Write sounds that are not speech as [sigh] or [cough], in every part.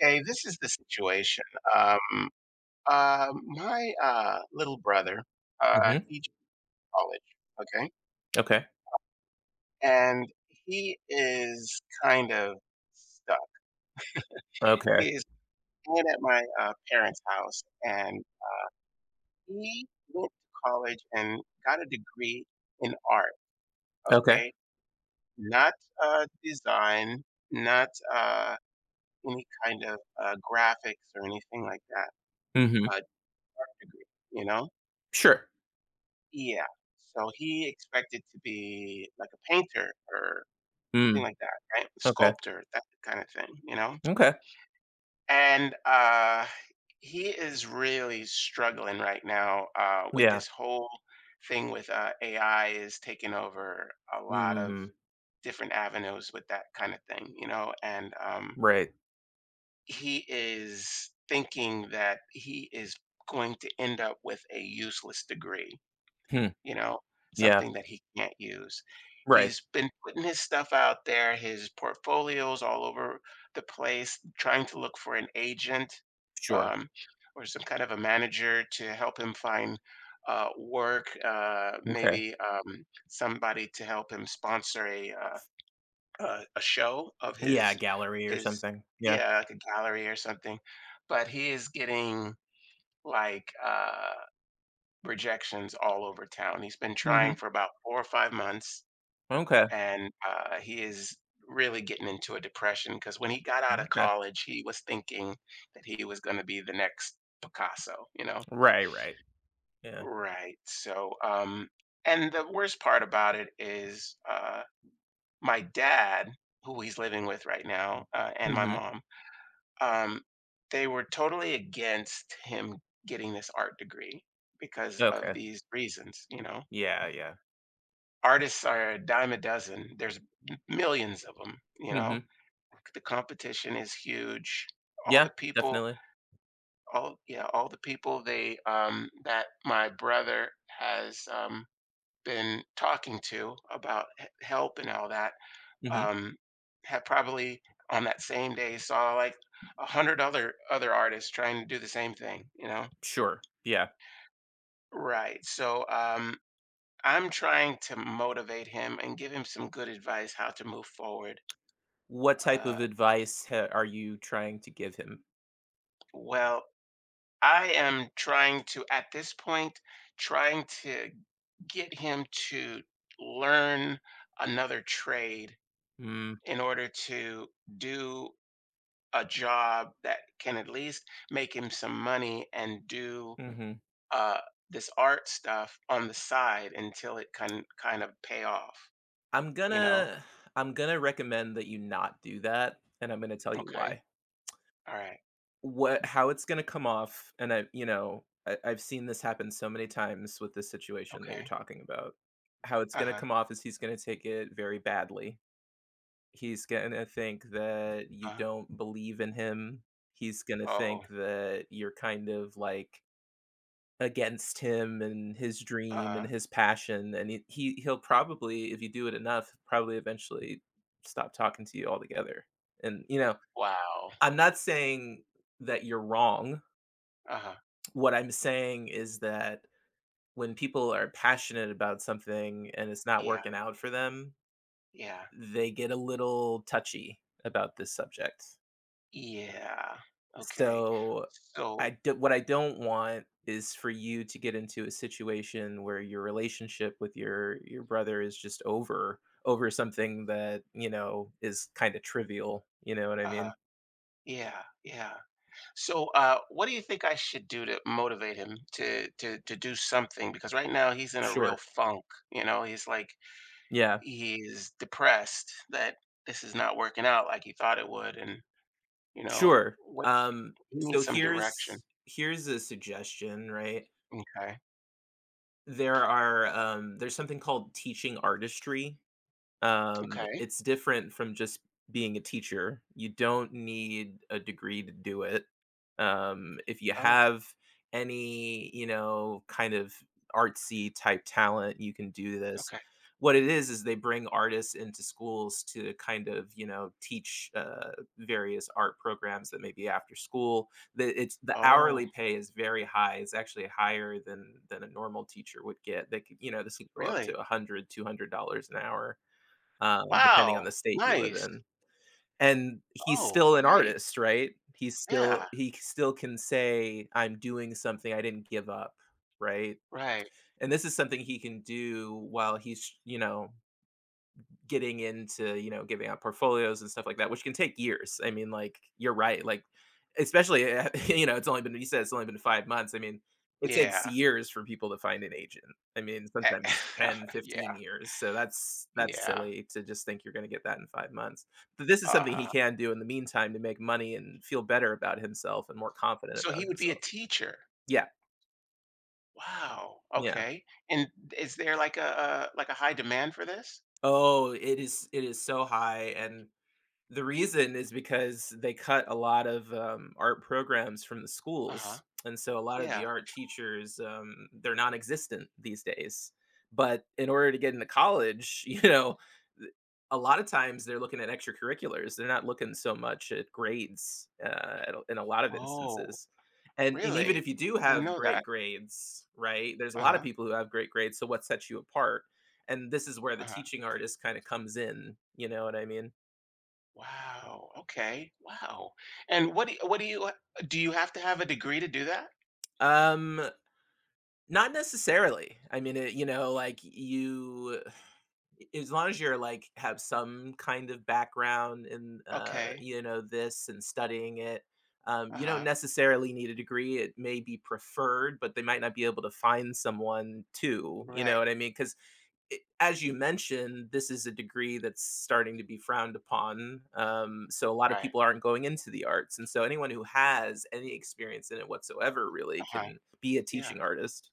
Okay, this is the situation. Um, my little brother Mhm. he's in college, okay, Okay. and he is kind of stuck. Okay. He is staying at my parents' house, and he went to college and got a degree in art. Okay. Okay, not design, not any kind of graphics or anything like that. Mhm. Uh, degree, you know Sure. Yeah. So he expected to be like a painter or something Mm. like that, right? Okay. Sculptor, that kind of thing, you know? Okay. And he is really struggling right now with Yeah. this whole thing with AI is taking over a lot of Mhm. different avenues with that kind of thing, you know? And Right. he is thinking that he is going to end up with a useless degree, Hmm. you know, Yeah. something that he can't use. Right. He's been putting his stuff out there, his portfolios all over the place, trying to look for an agent, Sure. um, or some kind of a manager to help him find work, uh, Okay. maybe um, somebody to help him sponsor a, a show of his, Yeah, gallery or his something. Yeah. yeah, like a gallery or something. But he is getting like, uh, rejections all over town. He's been trying Mhm. for about 4 or 5 months, Okay. and, he is really getting into a depression. Because when he got out of Okay. college, he was thinking that he was gonna be the next Picasso, you know? Right, right. Yeah. Right, so, and the worst part about it is, my dad, who he's living with right now, and my Mhm. mom, um, they were totally against him getting this art degree because of Okay. these reasons, you know? Yeah, yeah. Artists are a dime a dozen. There's m millions of them, you know? Mhm. The competition is huge. All the Yeah, people definitely. all yeah, all the people they, that my brother has, been talking to about h help and all that, Mhm. um, have probably on that same day saw, like, 100 other artists trying to do the same thing, you know? Sure. Yeah. Right. So, I'm trying to motivate him and give him some good advice how to move forward. What type uh of advice ha are you trying to give him? Well, I am trying to, at this point, trying to get him to learn another trade Mm. in order to do a job that can at least make him some money and do Mhm. uh, this art stuff on the side until it can kind of pay off, I'm you know? gonna I'm gonna recommend that you not do that, and I'm gonna tell you Okay. why. All right. What How it's gonna come off, and I you know, I, I've seen this happen so many times with this situation that you're Okay. talking about. How it's Uh gonna huh. come off is he's gonna take it very badly. He's gonna think that Uh you huh. don't believe in him. He's gonna Oh, think that you're kind of like against him and his uh dream and huh. his passion, and he'll probably, if you do it enough, probably eventually stop talking to you altogether, and, you know, Wow. I'm not saying that you're wrong. Uh huh. What I'm saying is that when people are passionate about something and it's not Yeah. working out for them, Yeah. they get a little touchy about this subject. Yeah. Okay. So So, what I don't want is for you to get into a situation where your relationship with your brother is just over something that, you know, is kind of trivial, you know what I uh, mean? yeah, yeah. So, what do you think I should do to motivate him to do something? Because right now he's in a real Sure. funk. You know, he's like Yeah. he's depressed that this is not working out like he thought it would, and you know, Sure. what Um he needs so some direction. here's a suggestion, right? Okay. There's something called teaching artistry. Okay. It's different from just being a teacher. You don't need a degree to do it. If you Oh. have any you know, kind of artsy type talent, you can do this. Okay. What it is they bring artists into schools to kind of teach various art programs that may be after school. It's the Oh. hourly pay is very high. It's actually higher than a normal teacher would get. They could, you know, This could go up Really? to 100, $200 an hour, depending on Wow. the state you live Nice. in. And he's Oh, still an great. artist, right? He's still Yeah. he still can say, "I'm doing something. I didn't give up," right? Right. And this is something he can do while he's getting into giving out portfolios and stuff like that, which can take years. I mean, like you're right. Like, especially [laughs] it's only been you said it's only been 5 months. I mean, it takes Yeah. years for people to find an agent. I mean, sometimes 10, [laughs] Yeah. 15 years. So that's Yeah, silly to just think you're going to get that in 5 months. But this is something uh he can do in the meantime to make money and feel better about himself and more confident so he about would be a himself. teacher. Yeah. Wow, Yeah. okay, and is there like a high demand for this? Oh, it is so high. And The reason is because they cut a lot of, art programs from the Uh-huh, schools, and so a lot of the yeah. art teachers, they're non-existent these days. But in order to get into college, [laughs] you know, th a lot of times they're looking at extracurriculars. They're not looking so much at grades, at in a lot of Oh, instances. And even really? if you do Didn't have know great that. grades, right, there's a lot of Uh-huh, people who have great grades, so what sets you apart? And this is where the uh-huh. teaching artist kinda comes in, you know what I mean? Wow, okay, wow, and what do you, do you have to have a degree to do that? Um, Not necessarily. I mean, it, you know, like you, as long as you're like have some kind of background in, Okay, this and studying it, you don't uh-huh, necessarily need a degree. It may be preferred, but they might not be able to find someone to, you know right, what I mean? Because as you mentioned, this is a degree that's starting to be frowned upon. So a lot of right, people aren't going into the arts, and so anyone who has any experience in it whatsoever really uh-huh, can be a yeah. teaching artist.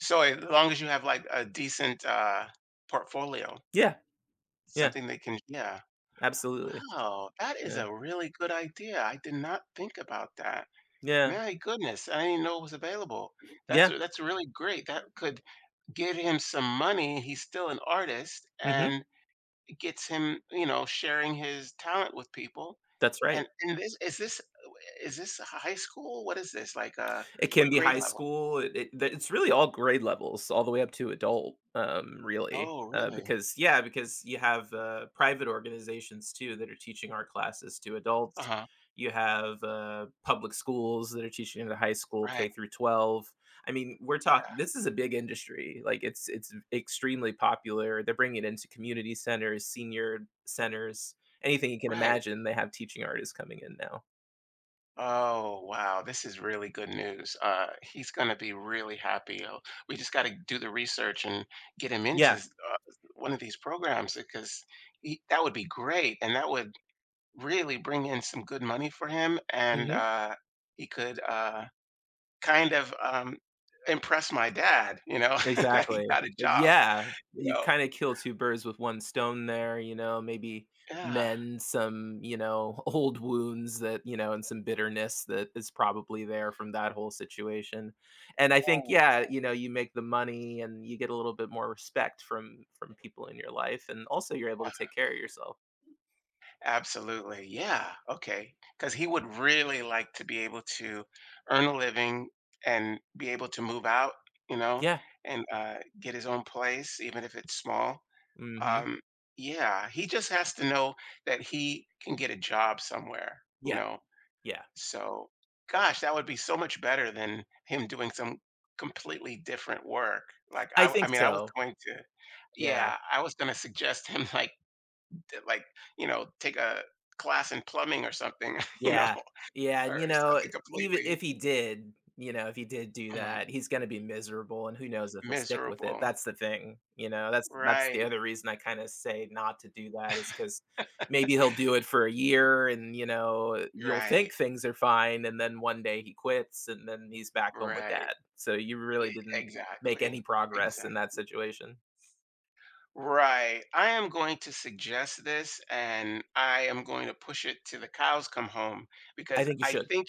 So as long as you have, like, a decent, portfolio, Yeah, yeah, something that can yeah. absolutely. Wow, that is Yeah, a really good idea. I did not think about that. yeah, My goodness, I didn't know it was available. That's yeah. that's really great. That could get him some money. He's still an artist Hmm. and it gets him, you know, sharing his talent with people. That's right. And this is this high school? What is this? It can What be grade high level? school. It's really all grade levels all the way up to adult, really, Oh, really? because yeah, because you have, private organizations too that are teaching art classes to adults. Uh-huh. You have, public schools that are teaching it to high school, Right. K through 12. I mean, we're Yeah, talking. This is a big industry. Like, it's extremely popular. They're bringing it into community centers, senior centers, anything you can right. imagine, they have teaching artists coming in now. Oh, wow, this is really good news. He's gonna be really happy. We just gotta do the research and get him into Yeah. One of these programs because that would be great, and that would really bring in some good money for him, and Mhm. He could kind of impress my dad, you know, [laughs] that he Exactly. got a job, Yeah, you you know. kinda kill 2 birds with 1 stone there, you know, maybe Yeah. mend some [laughs] old wounds that and some bitterness that is probably there from that whole situation. And I think, yeah you make the money and you get a little bit more respect from people in your life, and also you're able to take care of yourself. Absolutely. Yeah. Okay. Because he would really like to be able to earn a living and be able to move out, you know, Yeah. and get his own place, even if it's small. Mhm. Um, yeah. He just has to know that he can get a job somewhere, you Yeah, know. yeah. So, gosh, that would be so much better than him doing some completely different work. Like, I I think mean, I was so. going to, Yeah. yeah, I was going to suggest him, [laughs] like, to, like, you know, take a class in plumbing or something, [laughs] you know, Yeah. Yeah, andor something even completely if he did, you know, if he did do Mhm. that, he's gonna be miserable, and who knows if he'll stick with it. miserable. That's the thing, you know, that's the Right, other reason I kinda say not to do that is because maybe he'll do it for a year and you'll right, think things are fine, and then one day he quits, and then he's back home with right. dad, so you E really didn't make exactly, any progress in that exactly. situation. Right. I am going to suggest this, and I am going to push it to the cows come home I because think you I should. think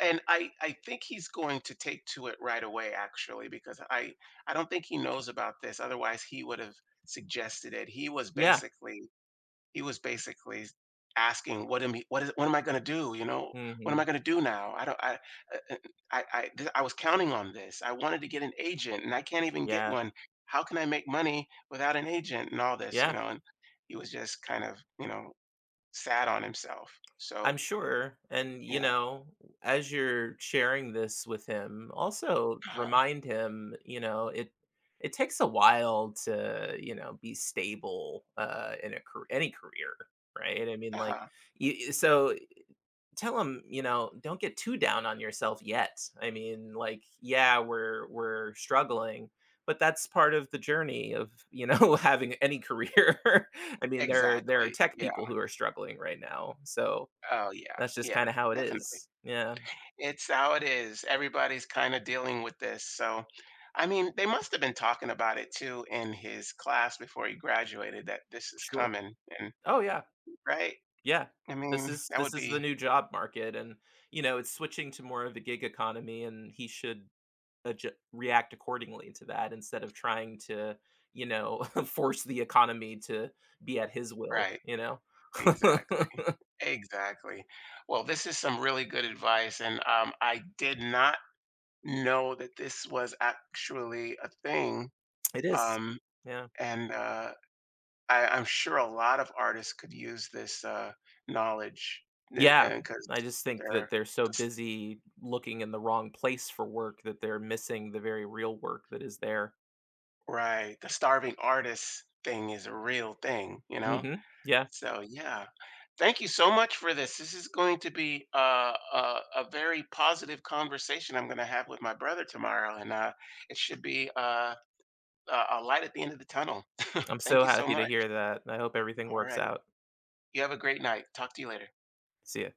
and I think he's going to take to it right away, actually, because I don't think he knows about this, otherwise he would have suggested it. Yeah. He was basically asking, "What am I gonna do, you know? What am I Mhm. gonna do now? I don't uh, I th I was counting on this. I wanted to get an agent, and I can't even get Yeah. one. How can I make money without an agent?" And all this, you Yeah. know, and he was just kind of, you know, sad on himself. So, I'm sure. And, you yeah. know, as you're sharing this with him, also Uh-huh, remind him, you know, it takes a while to be stable in a any career, right? I mean, like uh-huh. So tell him don't get too down on yourself yet. I mean, like yeah, we're struggling, but that's part of the journey of [laughs] having any career. [laughs] I mean, there are Exactly. tech Yeah. people who are struggling right now. So, Oh, yeah, that's just kinda yeah, how it definitely. is. Yeah. It's how it is. Everybody's kinda dealing with this, so I mean, they must have been talking about it too in his class before he graduated that this is Sure. coming and Oh, yeah. right? Yeah. I This mean, is that would this is be the new job market, and it's switching to more of a gig economy, and he should adju react accordingly to that instead of trying to, you know, [laughs] force the economy to be at his will, right. you know? Exactly, [laughs] exactly. Well, this is some really good advice, and, I did not know that this was actually a thing, It is. um, Yeah. and I I'm sure a lot of artists could use this, knowledge, Yeah. because 'cause I just think they're that they're so busy looking in the wrong place for work that they're missing the very real work that is there. right, the starving artist thing is a real thing, you know? Mhm. Yeah. So, yeah. Thank you so much for this. This is going to be a very positive conversation I'm gonna have with my brother tomorrow, and, uh, it should be a light at the end of the tunnel. I'm [laughs] Thank so you so happy to much. hear that. I hope everything works Alright. out. You have a great night. Talk to you later. See ya.